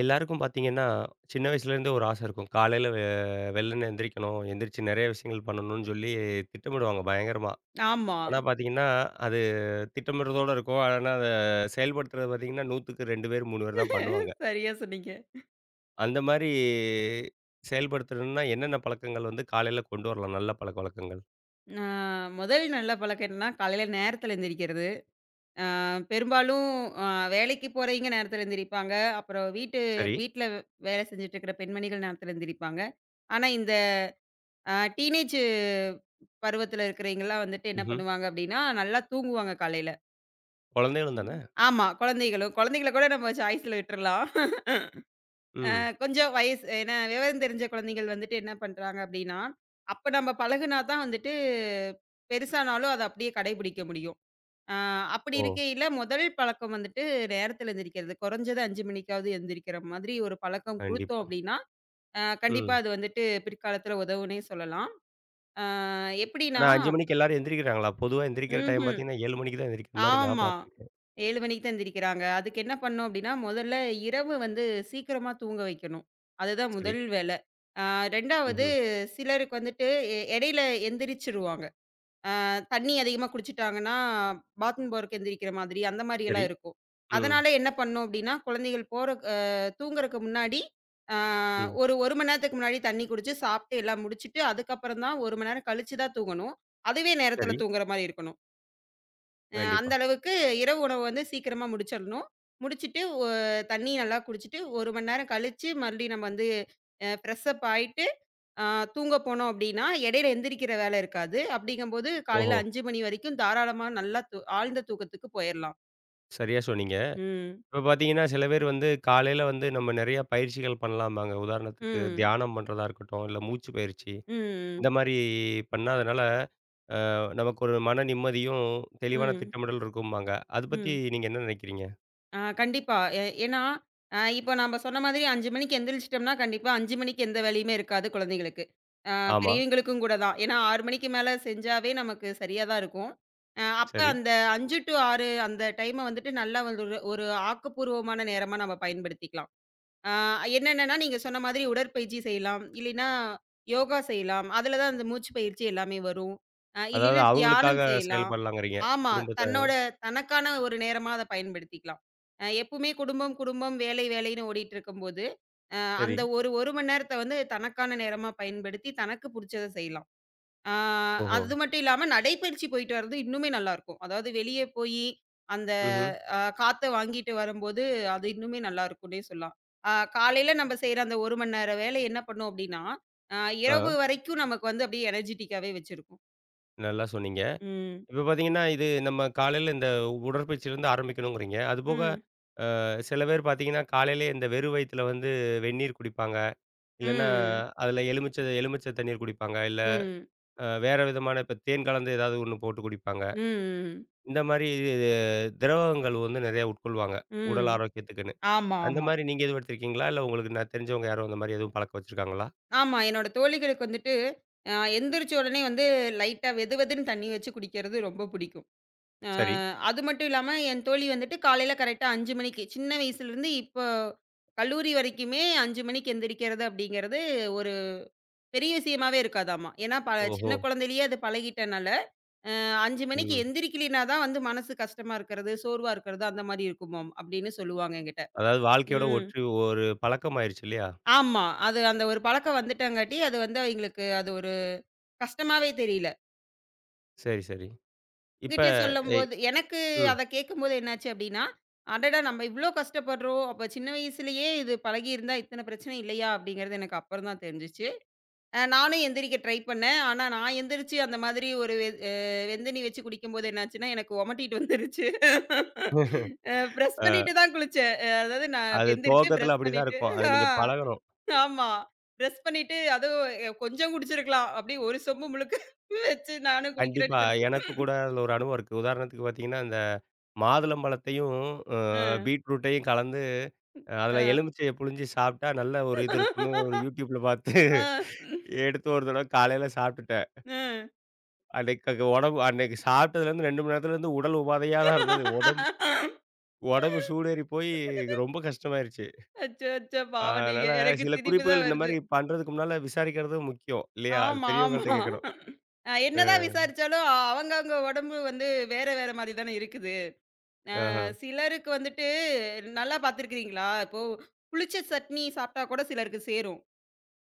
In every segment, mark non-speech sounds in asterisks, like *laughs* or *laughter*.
எல்லாருக்கும் பார்த்தீங்கன்னா, சின்ன வயசுலேருந்தே ஒரு ஆசை இருக்கும். காலையில வெள்ளன எந்திரிக்கணும், எந்திரிச்சு நெறைய விஷயங்கள் பண்ணணும்னு சொல்லி திட்டமிடுவாங்க பயங்கரமா. ஆமா. ஆனா பார்த்தீங்கன்னா, அது திட்டமிடுறதோட இருக்கும். ஆனா அத செயல்படுத்துறது பார்த்தீங்கன்னா, 100க்கு 2 பேர், 3 பேர் தான் பண்ணுவாங்க. சரியா சொன்னீங்க. அந்த மாரி செயல்படுத்தணும்னா என்னென்ன பழக்கங்கள் வந்து காலையில கொண்டு வரலாம்? நல்ல பழக்கவழக்கங்கள். அ முதல் நல்ல பழக்கம் என்னன்னா, காலையில நேரத்தில எந்திரிக்கிறது. பெரும்பாலும் அ வேலைக்கு போறவைங்க நேரத்தில எந்திரிப்பாங்க. அப்புறம் வீட்டு சரி. வீட்ல வேலை செஞ்சுட்டு இருக்கிற பெண்மணிகள் நேரத்தில எந்திரிப்பாங்க. ஆனா, இந்த டீனேஜ் பருவத்தில இருக்கிறவைங்கலாம் வந்துட்டு என்ன ம்ஹ்ம். பண்ணுவாங்க அப்டின்னா, நல்லா தூங்குவாங்க காலையில. குழந்தைகளும் தானே? ஆமா. குழந்தைகள கூட நம்ம சாய்ஸ்ல விட்டுறலாம். ம். கொஞ்சம் வயசு ஏன்னா விவரம் தெரிஞ்ச குழந்தைகள் வந்துட்டு என்ன பண்றாங்க அப்டின்னா, அப்ப நம்ம பழகுனா தான் வந்துட்டு பெருசானாலும் அத அப்டியே கடைபிடிக்க முடியும். ஆ, அப்படி ஓ! இருக்கையில முதல் பழக்கம் வந்துட்டு நேரத்துல எந்திரிக்கிறது. குறைஞ்சது 5 மணிக்காவது எந்திரிக்கிற மாதிரி ஒரு பழக்கம் குடுத்தோம் கண்டிப்பா. அப்படின்னா, கண்டிப்பா ம். அது வந்துட்டு பிற்காலத்துல உதவும்னே சொல்லலாம். அ எப்படின்னா ஆனா 5 மணிக்கு எல்லாரும் எந்திரிக்கிறாங்களா? பொதுவா எந்திரிக்கிற டைம் ம்ஹ்ம். பார்த்தீங்கன்னா, 7 மணிக்கு தான் எந்திரிக்கிற மாரி நான் ஆமா. பார்த்துருக்கேன். 7 மணிக்கு தான் எந்திரிக்கிறாங்க. அதுக்கு என்ன பண்ணணும் அப்படின்னா, முதல்ல இரவு வந்து சீக்கிரமா தூங்க வைக்கணும். அதுதான் சரி. முதல் வேலை. அ 2வது ம்ஹ்ம். சிலருக்கு வந்துட்டு இடையில எந்திரிச்சுருவாங்க. தண்ணி அதிகமா குடிச்சுட்டாங்கன்னா, பாத்ரூம் போறக்கு எந்திரிக்கிற மாதிரி, அந்த சரி. மாரியெல்லாம் இருக்கும். ம். அதனால என்ன பண்ணும் அப்டின்னா, குழந்தைகள் போற அ தூங்குறக்கு முன்னாடி, ஆ ம். ஒரு 1 மணி நேரத்துக்கு முன்னாடி தண்ணி குடிச்சு, சாப்ட்டு எல்லாம் முடிச்சுட்டு, அதுக்கப்புறம் தான் 1 மணி நேரம் கழிச்சு தான் தூங்கணும். அதுவே நேரத்தில சரி. தூங்குற மாரி இருக்கணும். அந்த கண்டிப்பா. அளவுக்கு இரவு உணவு வந்து சீக்கிரமா முடிச்சிடணும். முடிச்சுட்டு, தண்ணி நல்லா குடிச்சுட்டு, 1 மணி நேரம் கழிச்சு, மறுபடியும் நம்ம வந்து ஃப்ரெஷ் அப் ஆயிட்டு ஆ தூங்க போனோம் அப்டின்னா, இடையில எந்திரிக்கிற வேலை இருக்காது. அப்படிங்கும்போது காலையில ஓஹோ! 5 மணி வரைக்கும் தாராளமா நல்லா ஆழ்ந்த தூக்கத்துக்கு போயிரலாம். சரியா சொன்னீங்க. ம். இப்ப பார்த்தீங்கன்னா, சில பேர் வந்து காலையில வந்து நம்ம நெறைய பயிற்சிகள் பண்ணலாம்பாங்க. உதாரணத்துக்கு ம். தியானம் பண்றதா இருக்கட்டும், இல்ல மூச்சு பயிற்சி. ம். இந்த மாரி பண்ணா அதனால நமக்கு ஒரு மன நிம்மதியும், தெளிவான ம். திட்டமிடல் இருக்கும்பாங்க. அத பத்தி ம். நீங்க என்ன நினைக்கிறீங்க? கண்டிப்பா. ஏன்னா, இப்போ நம்ம சொன்ன மாதிரி 5 மணிக்கு எந்திரிச்சிட்டோம்னா, கண்டிப்பா 5 மணிக்கு எந்த வேலையுமே இருக்காது குழந்தைகளுக்கு. ஆ ஆமா. பெரியவங்களுக்கும் கூட தான். ஏன்னா 6 மணிக்கு மேல செஞ்சாவே நமக்கு சரியா தான் இருக்கும். அ அப்ப சரி. அந்த 5 டூ 6 அந்த டைம வந்துட்டு நல்லா வந்து ஒரு ஒரு ஆக்கப்பூர்வமான நேரமா நம்ம பயன்படுத்திக்கலாம். ஆ என்னென்னன்னா, நீங்க சொன்ன மாதிரி உடற்பயிற்சி செய்யலாம். இல்லைன்னா, யோகா செய்யலாம். அதுல தான் அந்த மூச்சு பயிற்சி எல்லாமே வரும். அதாவது இல்லைன்னா அவங்களுக்காக தியானம் செய்யலாம். செயல்படலாங்கிறீங்க. ஆமா. குடும்பத்த தன்னோட தனக்கான ஒரு நேரமா அத பயன்படுத்திக்கலாம். எப்பவுமே குடும்பம், குடும்பம், வேலை, வேலைன்னு ஓடிட்டுருக்கும்போது, அ சரி. அந்த ஒரு 1 மணி நேரத்த வந்து தனக்கான நேரமா பயன்படுத்தி, தனக்கு புடிச்சத செய்யலாம். ஆ ஓஹோ! அது மட்டும் இல்லாம நடைப்பயிற்சி போயிட்டு வர்றது இன்னுமே நல்லாருக்கும். அதாவது வெளியே போயி, அந்த ம்ஹ்ம். அ காத்த வாங்கிட்டு வரும்போது, அது இன்னுமே நல்லாருக்கும்னே சொல்லலாம். காலையில நம்ம செய்ற அந்த 1 மணி நேர வேலை என்ன பண்ணும் அப்டின்னா, அ ஆ. இரவு வரைக்கும் நமக்கு வந்து அப்டியே எனர்ஜிட்டிக்காவே வச்சிருக்கும். நல்லா சொன்னீங்க. ம். இப்ப பார்த்தீங்கன்னா, இது நம்ம காலையில இந்த உடற்பயிற்சியிலேருந்து ஆரம்பிக்கணுங்கிறீங்க. அதுபோக ம். சில பேர் பார்த்தீங்கன்னா, காலையிலே இந்த வெறும் வயித்துல வந்து வெந்நீர் குடிப்பாங்க. இல்லன்னா, ம். அதுல எலுமிச்சை எலுமிச்சை தண்ணீர் குடிப்பாங்க. இல்ல ம். வேற விதமான இப்ப தேன் கலந்து ஏதாவது ஒண்ணு போட்டு குடிப்பாங்க. ம். இந்த மாரி திரவங்கள் வந்து நெறைய உட்கொள்வாங்க. ம். உடல் ஆரோக்கியத்துக்குன்னு. ஆமா, அந்த ஆமா. மாரி நீங்க எதுவும் எடுத்திருக்கீங்களா? இல்ல உங்களுக்கு நான் தெரிஞ்சவங்க யாரும் அந்த மாரி எதுவும் பழக்கம் வச்சிருக்காங்களா? ஆமா. என்னோட தோழிகளுக்கு வந்துட்டு, எந்திரிச்ச உடனே வந்து லைட்டா வெது வெதுன்னு தண்ணி வச்சு குடிக்கிறது ரொம்ப புடிக்கும். அ சரி. அது மட்டும் இல்லாம, என் தோழி வந்துட்டு காலையில கரெக்ட்டா 5 மணிக்கு, சின்ன வயசுலருந்து இப்போ கல்லூரி வரைக்குமே 5 மணிக்கு எந்திரிக்கிறது அப்படிங்கிறது ஒரு பெரிய விஷயமாவே இருக்காதாமா. ஏன்னா, சின்ன ஓஹோ! குழந்தையிலேயே அது பழகிட்டனால, அ 5 மணிக்கு ம். எந்திரிக்கலினா தான் வந்து மனசு கஷ்டமா இருக்கிறது, சோர்வா இருக்கிறது அந்த மாரி இருக்குமாம் அப்படின்னு சொல்லுவாங்க என்கிட்ட. அதாவது வாழ்க்கையோட ம். ஒற்றி ஒரு பழக்கமாயிருச்சு இல்லையா? ஆமா. அது அந்த ஒரு பழக்கம் வந்துட்டங்காட்டி, அது வந்து அவைங்களுக்கு அது ஒரு கஷ்டமாவே தெரியல. சரி, சரி. இப்ப உங்ககிட்ட எ சொல்லும்போது எனக்கு ம். அத கேட்கும்போது என்னாச்சு அப்டின்னா, அடடா! நம்ம இவ்ளோ கஷ்டப்படுறோம். அப்ப சின்ன வயசுலயே இது பழகியிருந்தா இத்தன பிரச்சனை இல்லையா? அப்டிங்கிறது எனக்கு அப்புறம் தான் தெரிஞ்சுச்சு. நானும் எந்திரிக்க ட்ரை பண்ணேன். ஆனா நான் எந்திரிச்சு அந்த மாதிரி ஒரு வெ அ வெந்தண்ணி வச்சு குடிக்கும்போது என்னாச்சுன்னா, எனக்கு ஒமட்டிட்டு வந்துருச்சு. பிரஷ் பண்ணிட்டு தான் குளிச்சேன். அ அதாவது நான் அது எந்திரிச்சு துவக்கத்துல பிரஷ் அப்படிதான் பண்ணிட்டு இருக்கும். அது ஆ நீங்க பழகணும். ஆமா. பிரஷ் பண்ணிட்டு அதுவும் கொஞ்சம் குடிச்சிருக்கலாம். அப்டியே ஒரு சொம்பு முழுக்க *laughs* வச்சு நானும் கண்டிப்பா. குடிக்கிறேன்னு எனக்கு குடிச்சேன். கூட அதில ஒரு அனுபவம் இருக்கு. உதாரணத்துக்கு பார்த்தீங்கன்னா, இந்த மாதுளம்பழத்தையும் அ அ, பீட்ரூட்டையும் கலந்து அதில ஆ. எலுமிச்சைய புழிஞ்சு சாப்பிட்டா நல்ல ஒரு இது இருக்கும்னு ஒரு *laughs* YouTubeல பார்த்து ஆ, *laughs* எடுத்து ஒரு தடவ காலையில சாப்பிட்டுட்டேன். அ. அன்னைக்கு அங்க உடம்பு அன்னைக்கு சாப்பிட்டதுலேருந்து 2 மணி நேரத்துலேருந்து உடல் உபாதையா தான் இருந்தது. உடம்பு உடம்பு சூடேறி போய் ரொம்ப கஷ்டமாயிருச்சு. அச்சோ! அச்சோ! பாவம் நீங்க. அதனால எனக்கு சில சிரிப்பு தான் குறிப்புகள் இந்த வருது. மாரி பண்றதுக்கு முன்னால விசாரிக்கிறது முக்கியம் இல்லையா? அது ஆமா, பெரியவங்கள்ட்ட ஆமா. கேட்கணும். அ. என்னதான் விசாரிச்சாலும் அவங்க அவங்க உடம்பு வந்து வேற வேற மாரி தானே இருக்குது. ஆஹ. சிலருக்கு வந்துட்டு நல்லா பார்த்துருக்கிறீங்களா? இப்போ புளிச்ச சட்னி சாப்பிட்டா கூட சிலருக்கு சேரும்.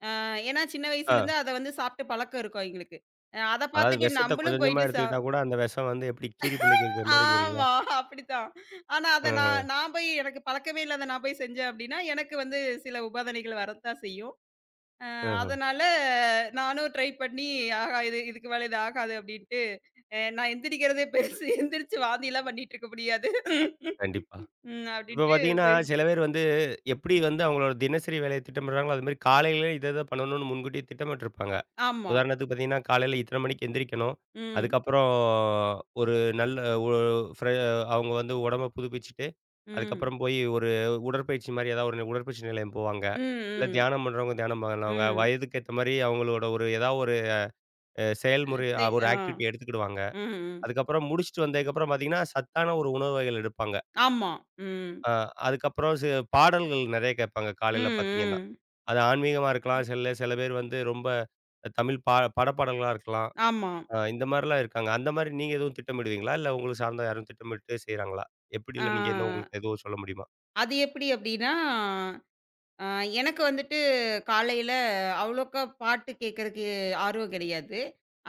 ஏன்னா சின்ன ஆ. வயசுலேருந்து அத வந்து சாப்பிட்டு பழக்கம் இருக்கும் அவங்களுக்கு. அ அத அதாவது பார்த்துட்டு விஷத்த கொஞ்சம் நம்பளும் கொஞ்சமா போயிட்டு சா எடுத்துக்கிட்டா கூட, அந்த விஷம் வந்து எப்படி கீரி பிள்ளைக்கு இருக்கிற மாரிங்கிறீங்களா? ஆமா, அப்படித்தான். ஆனா அத ம்ஹ்ம். நான் நான் போய் எனக்கு பழக்கமே இல்லாத நான் போய் செஞ்சேன் அப்படின்னா, எனக்கு வந்து சில உபாதைகள் வரத்தான் செய்யும். அ ம்ஹ்ம். அதனால நானும் ட்ரை பண்ணி, ஆஹா இது இதுக்கு மேல இது ஆகாது அப்படின்ட்டு, நான் எந்திரிக்கிறதே பெருசு. எந்திரிச்சு வாந்திலாம் பண்ணிட்டு இருக்க முடியாது. கண்டிப்பா. ம் இப்ப அப்படின்ட்டு பார்த்தீங்கன்னா, சில போயிடுச்சு. பேர் வந்து எப்படி வந்து அவங்களோட தினசரி வேலைய திட்டமிடுறாங்களோ, அதுமாரி காலையிலே இத இத பண்ணணும்னு முன்கூட்டியே திட்டமிட்டிருப்பாங்க. ஆமா. உதாரணத்துக்கு பார்த்தீங்கன்னா, காலையில இத்தனை மணிக்கு எந்திரிக்கணும். ம். அதுக்கப்புறம் ஒரு நல்ல ஒ ஃப்ர அவங்க வந்து உடம்ப புதுப்பிச்சுட்டு, ம். அதுக்கப்புறம் போய் ஒரு உடற்பயிற்சி மாரி ஏதாவது ஒரு உடற்பயிற்சி நிலையம் போவாங்க. ம். இல்ல ம். தியானம் பண்றவங்க தியானம் பண்ணுவாங்க. ம். வயதுக்கு ஏத்த மாரி அவங்களோட ஒரு ஏதாவது ஒரு அ செயல்முறை சே ஒரு ஆ. ஆக்டிவிட்டி எடுத்துக்கிடுவாங்க. ம். ம். அதுக்கப்புறம் முடிச்சுட்டு வந்ததுக்கப்புறம் பார்த்தீங்கன்னா, சத்தான ஒரு உணவு வகைகள் எடுப்பாங்க. ஆமா. ம். அ அதுக்கப்புறம் பாடல்கள் நெறைய கேட்பாங்க ம். காலையில பார்த்தீங்கன்னா. ம். அது ஆன்மீகமா இருக்கலாம். சில சில பேர் வந்து ரொம்ப தமிழ் படப்பாடல்களா இருக்கலாம். ஆமா. இந்த மாரிலாம் இருக்காங்க. அந்த மாரி நீங்க எதுவும் திட்டமிடுவீங்களா? இல்ல உங்களுக்கு சார்ந்த யாரும் திட்டமிட்டு செய்றாங்களா? ஆ எப்படில நீங்க என்ன உங்களுக்கு எதுவும் சொல்ல முடியுமா? அது எப்படி அப்படின்னா ஆ, எனக்கு வந்துட்டு காலையில அவ்வளோக்கா பாட்டு கேட்கறக்கு ஆர்வம் கிடையாது.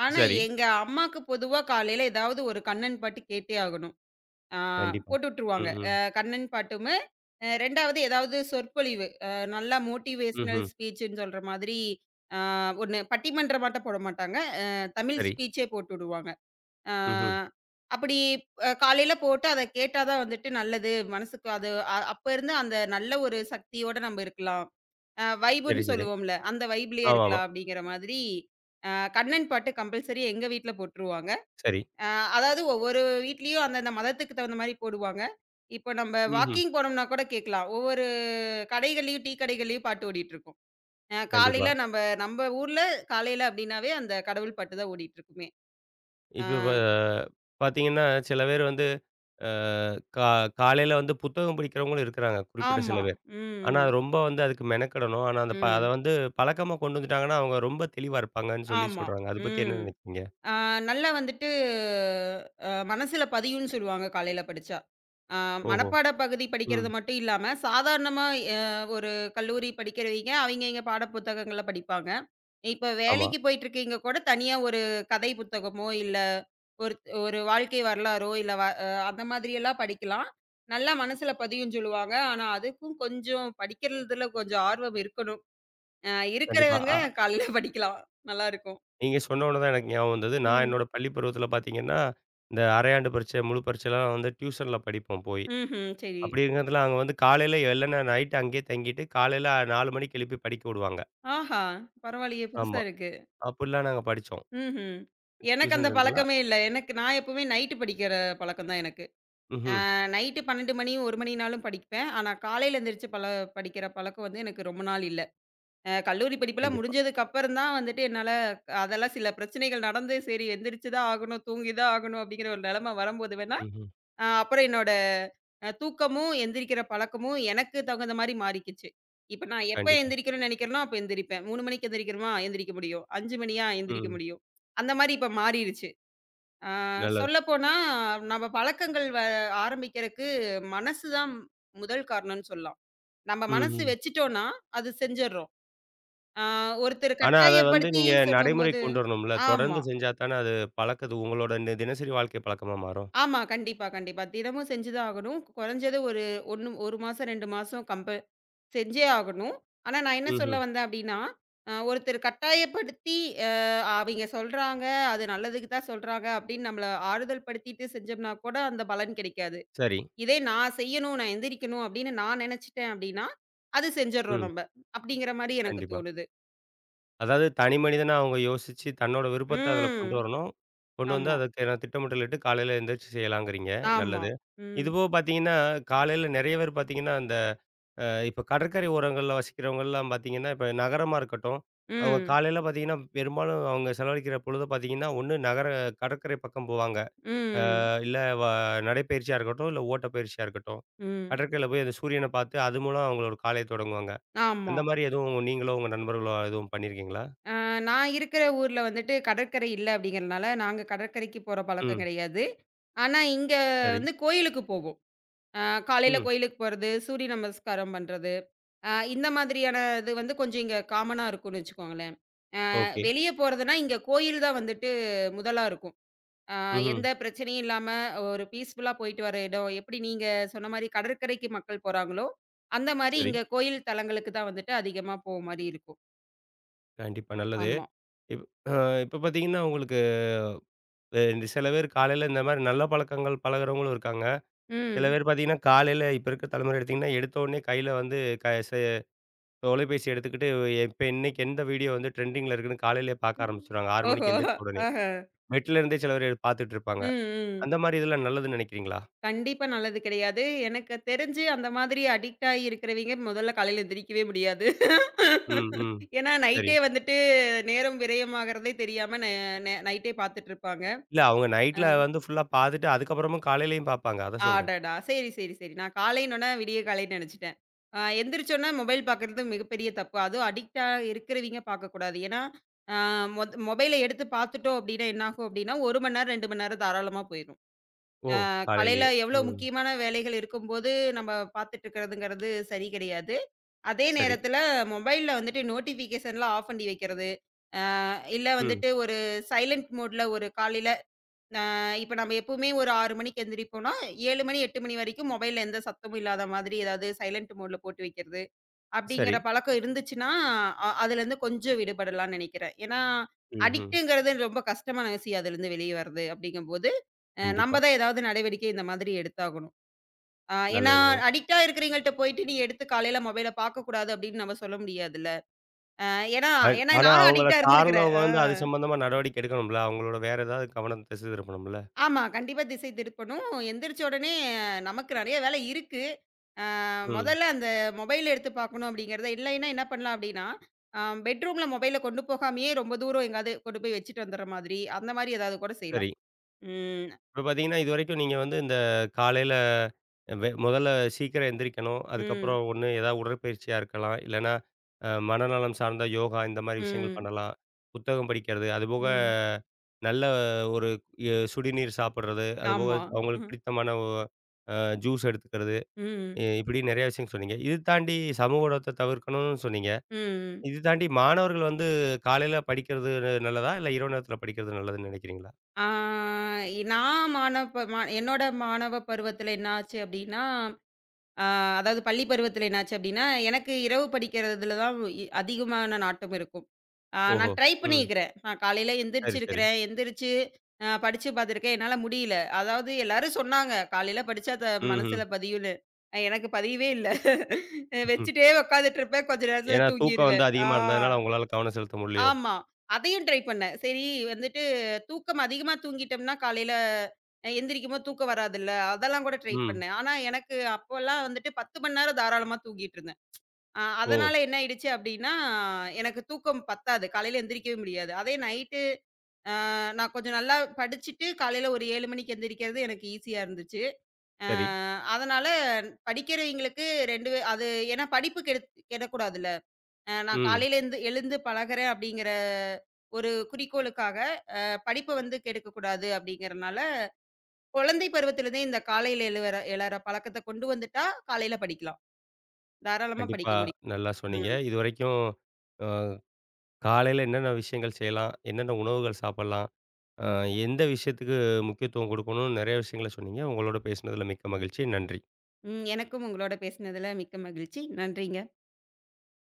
ஆனா, சரி. எங்க அம்மாக்கு பொதுவா காலையில ஏதாவது ஒரு கண்ணன் பாட்டு கேட்டே ஆகணும். ஆ கண்டிப்பா. போட்டு விட்டுருவாங்க. ம், ம். கண்ணன் பாட்டுமு, 2வது ஏதாவது சொற்பொழிவு. நல்லா மோட்டிவேஷனல் ம்ஹ்ம். ஸ்பீச்சுன்னு சொல்ற மாதிரி ஆ ஒண்ணு பட்டிமன்றமாட்டம் போட மாட்டாங்க. அ தமிழ் சரி. ஸ்பீச்சே போட்டு விடுவாங்க. ஆ ம்ஹ்ம். அப்படி அ காலையில போட்டு அத கேட்டா தான் வந்துட்டு நல்லது. மனசுக்கு அது அ அப்ப இருந்து அந்த நல்ல ஒரு சக்தியோட நம்ம இருக்கலாம். வைபுன்னு சரி, சரி. சொல்லுவோம்ல, அந்த வைப்லயே ஆமாமா. இருக்கலாம் அப்படிங்கிற மாதிரி, அ கண்ணன் பாட்டு கம்பல்சரி எங்க வீட்ல போட்டுருவாங்க. சரி. அ அதாவது ஒவ்வொரு வீட்லயும் அந்தந்த மதத்துக்கு தகுந்த மாரி போடுவாங்க. இப்போ நம்ம ம்ஹ்ம். வாக்கிங் போனோம்னா கூட கேட்கலாம். ஒவ்வொரு கடைகள்லயும், டீ கடைகள்லயும் பாட்டு ஓடிட்டுருக்கும். அ கண்டிப்பா. காலையில நம்ம நம்ம ஊர்ல காலையில அப்படின்னாவே அந்த கடவுள் பாட்டு தான் ஓடிட்டுருக்குமே. அ இப்ப பார்த்தீங்கன்னா, சில பேர் வந்து அ கா காலையில வந்து புத்தகம் படிக்கிறவங்களும் இருக்கிறாங்க, குறிப்பிட்ட சில ஆமா. பேர். ம், ஆனா ம். ரொம்ப வந்து அதுக்கு மெனக்கெடணும். ஆனா அந்த ப அத ம். வந்து பழக்கமா கொண்டு வந்துட்டாங்கன்னா, அவங்க ரொம்ப தெளிவா இருப்பாங்கன்னு சொல்லி ஆமா. சொல்றாங்க. அத பத்தி என்ன ம். நினைக்கிறீங்க? ஆ, நல்லா வந்துட்டு மனசுல பதியும்ன்னு சொல்லுவாங்க காலையில படிச்சா. ஆ ஓஹோ! மனப்பாட பகுதி ம். படிக்கிறது மட்டும் இல்லாம, சாதாரணமா எ ஒரு கல்லூரி படிக்கிறவைங்க, அவைங்கவைங்க பாட புத்தகங்கள படிப்பாங்க. இப்ப ஆமா. வேலைக்கு போயிட்டுருக்கீங்க கூட தனியா ஒரு கதை புத்தகமோ, இல்ல ஒரு ஒரு வாழ்க்கை வரலாறோ, இல்ல வ அ அந்த மாதிரியெல்லாம் படிக்கலாம். நல்லா மனசுல பதியும்ன்னு சொல்லுவாங்க. ஆனா, அதுக்கும் கொஞ்சம் படிக்கிறதுல கொஞ்சம் ஆர்வம் இருக்கணும். கண்டிப்பா. இருக்கிறவங்க காலையில படிக்கலாம். நல்லாருக்கும். நீங்க சொன்ன உடனே தான் எனக்கு ஞாபகம் வந்தது. நான் ம். என்னோட பள்ளி பருவத்தில பார்த்தீங்கன்னா, இந்த அரையாண்டு பரீட்சை, முழு பரீட்சைலாம் வந்து டியூஷன்ல படிப்போம் போய். ம்ஹ்ம். சரி. அப்படி இருக்கிறதுல அங்க வந்து காலையில இல்லன்னா நைட் அங்கேயே தங்கிட்டு, காலையில 4 மணிக்கு எழுப்பி படிக்க விடுவாங்க. ஆஹா! பரவாயில்லையே! புதுசா ஆமா. இருக்கு. அப்படிலாம் நாங்க படிச்சோம். ம்ஹ்ம். எனக்கு டியூஷன் அந்த சென்டர்ல பழக்கமே இல்ல. எனக்கு நான் எப்பவுமே நைட்டு படிக்கிற பழக்கம் தான் எனக்கு. ம்ஹ்ம். நைட்டு 12 மணி, 1 மணினாலும் படிப்பேன். ஆனா காலையில எந்திரிச்சு படிக்கிற பழக்கம் வந்து எனக்கு ரொம்ப நாள் இல்ல. கல்லூரி படிப்பெல்லாம் கண்டிப்பா. முடிஞ்சதுக்கு அப்புறம் தான் வந்துட்டு என்னால அதெல்லாம் சில பிரச்சனைகள் நடந்து, சரி எந்திரிச்சு தான் ஆகணும், தூங்கி தான் ஆகணும் அப்படிங்கிற ஒரு நிலைமை வரும்போது வேணா, ம்ஹ்ம். அப்புறம் என்னோட தூக்கமும், எந்திரிக்கிற பழக்கமும் எனக்கு தகுந்த மாரி மாறிக்கிச்சு. இப்ப நான் எப்ப கண்டிப்பா. எந்திரிக்கிறேன்னு நெனைக்கிறேனோ, அப்ப எந்திரிப்பேன். 3 மணிக்கு எந்திரிக்கிறோமா, எந்திரிக்க முடியும். 5 மணியா, எந்திரிக்க ம். முடியும். அந்த மாரி இப்ப மாறிருச்சு. ஆ நல்லது. சொல்லப்போனா, நம்ம பழக்கங்கள் வ ஆரம்பிக்கிறக்கு மனசு தான் முதல் காரணம்னு சொல்லலாம். நம்ம ம், மனசு ம். வச்சுட்டோம்னா, அது செஞ்சர்றோம். ஆ ஒருத்தர் ஆனா, அத வந்து கட்டாயப்படுத்தி நீங்க சொல்லும்போது நடைமுறைக்கு கொண்டு வரணும்ல. தொடர்ந்து ஆமா. செஞ்சா தானே அது பழக்கது உங்களோட தினசரி வாழ்க்கை பழக்கமா மாறும். ஆமா. கண்டிப்பா, கண்டிப்பா. தினமும் செஞ்சு தான் ஆகணும். கொறஞ்சது ஒரு 1 மாசம், 2 மாசம் செஞ்சே ஆகணும். ஆனா, நான் என்ன சொல்ல ம்ஹ்ம். வந்தேன் அப்டின்னா, ஒருத்தர் கட்டாயப்படுத்தி அ அவைங்க சொல்றாங்க, அது நல்லதுக்கு தான் சொல்றாங்க அப்டின்னு நம்மள ஆறுதல் படுத்திட்டு செஞ்சோம்னா கூட அந்த பலன் கிடைக்காது. சரி. இதே நான் செய்யணும், நான் எந்திரிக்கணும் அப்டின்னு நான் நெனச்சுட்டேன் அப்டின்னா, அது செஞ்சர்றோம் ம். நம்ப. அப்டிங்கிற மாரி எனக்கு கண்டிப்பா. தோணுது. அதாவது தனி மனிதனா அவங்க யோசிச்சு தன்னோட விருப்பத்த அதில கொண்டு ம். வரணும். கொண்டு வந்து ஆமா, அதுக்கான திட்டமிட்டலிட்டு காலையில எந்திரிச்சு செய்யலாங்கிறீங்க. ஆமா. நல்லது. ம். இதுபோக பார்த்தீங்கன்னா, காலையில நெறைய பேர் பார்த்தீங்கன்னா, அந்த இப்ப கடற்கரை ஓரங்கள்ல வசிக்கிறவங்கலாம் பார்த்தீங்கன்னா, இப்ப நகரமா இருக்கட்டும், அவங்க ம். காலையில பார்த்தீங்கன்னா, பெரும்பாலும் அவங்க செலவழிக்கிற பொழுது பார்த்தீங்கன்னா, ஒண்ணு நகர கடற்கரை பக்கம் போவாங்க. ம். இல்ல நடைப்பயிற்சியா இருக்கட்டும், இல்ல ஓட்டப்பயிற்சியா இருக்கட்டும். ம். கடற்கரையில போய் அந்த சூரியன பார்த்து அது மூலம் அவங்களோட காலைய தொடங்குவாங்க. ஆமா. அந்த மாரி எதுவும் நீங்களோ, உங்க நண்பர்களோ எதுவும் பண்ணியிருக்கீங்களா? ஆ, நான் இருக்கிற ஊர்ல வந்துட்டு கடற்கரை இல்ல அப்படிங்கிறனால, நாங்க கடற்கரைக்கு போற பழக்கம் ம். கிடையாது. ஆனா, இங்க சரி. வந்து கோயிலுக்கு போவோம். அ காலையில ம். கோயிலுக்கு போறது, சூரிய நமஸ்காரம் பண்றது, இந்த மாதிரியான இது வந்து கொஞ்சம் இங்க காமனா இருக்கும்னு வச்சுக்கோங்களேன். ஓகே. வெளிய போறதுன்னா, இங்க கோயில் தான் வந்துட்டு முதலா இருக்கும். அ ம்ஹ்ம். எந்த பிரச்சனையும் இல்லாம ஒரு பீஸ்ஃபுல்லா போயிட்டு வர இடம், எப்படி நீங்க சொன்ன மாரி கடற்கரைக்கு மக்கள் போறாங்களோ, அந்த மாரி சரி. இங்க கோயில் தலங்களுக்கு தான் வந்துட்டு அதிகமா போற மாரி இருக்கும். கண்டிப்பா நல்லது. ஆமா. இப் அ இப்ப பார்த்தீங்கன்னா, உங்களுக்கு அ சில பேர் காலையில இந்த மாரி நல்ல பழக்கங்கள் பழகுறவங்களும் இருக்காங்க. சில ம். பேர் பார்த்தீங்கன்னா, காலையில இப்ப இருக்க தலைமுறை எடுத்தீங்கன்னா, எடுத்த உடனே கையில வந்து க செ தொலைபேசி எடுத்துக்கிட்டு இப்ப இன்னைக்கு எந்த வீடியோ வந்து ட்ரெண்டிங்ல இருக்குன்னு காலையிலேயே பார்க்க ஆரம்பிச்சுருவாங்க. 6 ஓஹோ! மணிக்கு எந்திரிச்ச உடனே. ஆஹ. பெட்ல இருந்தே சில பேர் பார்த்துட்டு ம், இருப்பாங்க. ம். அந்த மாரி இதெல்லாம் நல்லதுன்னு நினைக்கிறீங்களா? கண்டிப்பா நல்லது கிடையாது. எனக்கு தெரிஞ்சு அந்த மாதிரி அடிக்ட் ஆகி இருக்கிறவங்க முதல்ல காலையில எந்திரிக்கவே முடியாது. ம், ம். ஏன்னா சரி. நைட்டே வந்துட்டு நேரம் விரயமாகறதே தெரியாம ந ந நைட்டே பார்த்துட்டு இருப்பாங்க. இல்ல அவங்க அ நைட்ல வந்து ஃபுல்லா பார்த்துட்டு அதுக்கப்புறமும் காலையிலயும் பார்ப்பாங்க. அத சொல்றேன். அடடா! சரி, சரி, சரி. நான் காலைன்னோன விடிய காலைன்னு நினைச்சுட்டேன். எந்திரிச்சோன மொபைல் பார்க்கறது மிகப்பெரிய தப்பு. அதுவும் அடிக்ட்டா இருக்கிறவங்க பார்க்கக்கூடாது. ஏன்னா, அ மொத் மொபைல எடுத்து பார்த்துட்டோம் அப்படின்னா என்னாகும் அப்படின்னா, 1 மணி நேரம், 2 மணி நேரம் தாராளமா போயிரும். ஓ! காலையில காலையிலேயே. எவ்வளோ ம். முக்கியமான வேலைகள் இருக்கும்போது, நம்ம பார்த்துட்டு இருக்கிறதுங்கிறது சரி கிடையாது. அதே சரி. நேரத்தில மொபைல்ல வந்துட்டு நோட்டிஃபிகேஷன்லாம் ஆஃப் பண்ணி வைக்கிறது. அ இல்ல ம். வந்துட்டு ஒரு சைலன்ட் மோட்ல ஒரு காலையில அ இப்ப நம்ம எப்பவுமே ஒரு 6 மணிக்கு எந்திரிப்போம்னா, 7 மணி, 8 மணி வரைக்கும் மொபைல்ல எந்த சத்தமும் இல்லாத மாதிரி ஏதாவது சைலன்ட் மோட்ல போட்டு வைக்கிறது. அப்படிங்கிற சரி. பழக்கம் இருந்துச்சுன்னா, அதுலேருந்து கொஞ்சம் விடுபடலாம்னு நெனைக்கிறேன். ஏன்னா, ம்ஹ்ம். அடிக்ட்டுங்கிறது ரொம்ப கஷ்டமான விஷயம் அதுலேருந்து வெளிய வர்றது அப்படிங்கும்போது, நம்ம கண்டிப்பா. தான் ஏதாவது நடவடிக்கை இந்த மாதிரி எடுத்தாகணும். ஏன்னா, நல்லது, நல்லது. அடிக்ட்டா இருக்கிறவங்கள்ட்ட போயிட்டு, "நீ எடுத்து காலையில மொபைல பார்க்கக்கூடாது." அப்படின்னு நம்ம சொல்ல முடியாதுல்ல. அ ஏன்னா அ ஏன்னா ஆனா நானும் அவங்கள அடிக்ட்டா இருந்திருக்கிறேன். சார்ந்தவங்க வந்து அது சம்பந்தமா நடவடிக்கை எடுக்கணும்ல. அவங்களோட வேற ஏதாவது கவனம் திசை திருப்பணும்ல. ஆமா. கண்டிப்பா திசை திருப்பணும். எந்திரிச்ச உடனே நமக்கு நெறைய வேலை இருக்கு. ம். மொதல்ல அந்த மொபைல் எடுத்து பார்க்கணும் அப்படிங்கிறத இல்லைன்னா என்ன பண்ணலாம் அப்படின்னா, அ பெட்ரூம்ல மொபைல கொண்டு போகாமயே ரொம்ப தூரம் எங்கயாவது கொண்டு போய் வச்சுட்டு வந்துடுற மாதிரி, அந்த மாதிரி ஏதாவது கூட செய்யலாம். சரி. ம். இப்ப பார்த்தீங்கன்னா, இதுவரைக்கும் நீங்க வந்து இந்த காலையில முதல்ல சீக்கிரம் எந்திரிக்கணும். ம். அதுக்கப்புறம் ஒண்ணு ஏதாவது உடற்பயிற்சியா இருக்கலாம். இல்லன்னா, மனநலம் சார்ந்த யோகா இந்த மாரி விஷயங்கள் ம். பண்ணலாம். புத்தகம் படிக்கிறது, அதுபோக ம். நல்ல ஒரு சுடிநீர் சாப்பிடுறது, அதுபோக ஆமா. அவங்களுக்கு ம். பிடித்தமான ஒ அ ஜூஸ் எடுத்துக்கிறது. ம். இப்படி நெறைய விஷயம் சொன்னீங்க. இது தாண்டி சமூக ஊடகத்த தவிர்க்கணும்னு சொன்னீங்க. ம். இது தாண்டி மாணவர்கள் வந்து காலையில படிக்கிறது நல்லதா? இல்ல இரவு நேரத்தில படிக்கிறது நல்லதுன்னு நினைக்கிறீங்களா? ஆ நான் மாணவ ம என்னோட மாணவ பருவத்தில என்ன ஆச்சு அப்டின்னா, அ அதாவது பள்ளி பருவத்தில என்னாச்சு அப்டின்னா, எனக்கு இரவு படிக்கிறதுல தான் அதிகமான நாட்டம் இருக்கும். ஓஹோ! நான் ட்ரை ம். பண்ணியிருக்கிறேன். நான் காலையில சரி, சரி. எந்திரிச்சிருக்கிறேன். எந்திரிச்சு அ படிச்சு பார்த்துருக்கேன். என்னால முடியல. அதாவது எல்லாரும் சொன்னாங்க, "காலையில படிச்சா ம்ஹ்ம். மனசுல பதியும்னு." ஆ, எனக்கு பதியவே இல்ல. *laughs* ம். வச்சுட்டே உட்காந்துட்டு இருப்பேன். கொஞ்ச நேரத்தில ஏன்னா தூக்கம் வந்து தூங்கிருவேன். ஆ. அதிகமா இருந்ததுனால உங்களால கவனம் செலுத்த முடியலையோ? ஆமா. அதையும் ட்ரை பண்ணேன். சரி வந்துட்டு தூக்கம் அதிகமா தூங்கிட்டோம்னா, காலையில எந்திரிக்கும்போது தூக்கம் வராதுல்ல. அதெல்லாம் கூட ட்ரை ம். பண்ணேன். ஆனா, எனக்கு அப்போலாம் வந்துட்டு 10 மணி நேரம் தாராளமா தூங்கிட்டு இருந்தேன். ஓ! அதனால என்ன ஆயிடுச்சு அப்டின்னா, எனக்கு தூக்கம் பத்தாது. காலையில எந்திரிக்கவே முடியாது. அதே நைட்டு நான் கொஞ்சம் நல்லா படிச்சுட்டு, காலையில ஒரு 7 மணிக்கு எந்திரிக்கிறது எனக்கு ஈஸியா இருந்துச்சு. அ சரி. அதனால படிக்கிறவைங்களுக்கு 2 அது ஏன்னா படிப்பு கெடக்கூடாதுல்ல. நான் ம். காலையில எழுந்து எழுந்து பழகுறேன் அப்படிங்கிற ஒரு குறிக்கோளுக்காக, படிப்ப வந்து கெடுக்கக்கூடாது அப்படிங்கிறனால, குழந்தை பருவத்திலிருந்தே இந்த காலையில எழற பழக்கத்த கொண்டு வந்துட்டா, காலையில படிக்கலாம். தாராளமா கண்டிப்பா படிக்க முடியும். நல்லா சொன்னீங்க. ம். இதுவரைக்கும் அ காலையில என்னென்ன விஷயங்கள் செய்யலாம்? என்னென்ன உணவுகள் சாப்பிடலாம்? அ எந்த விஷயத்துக்கு முக்கியத்துவம் குடுக்கணும்னு நெறைய விஷயங்கள சொன்னீங்க. உங்களோட பேசினதுல மிக்க மகிழ்ச்சி. நன்றி. ம். எனக்கும் உங்களோட பேசினதுல மிக்க மகிழ்ச்சி. நன்றிங்க.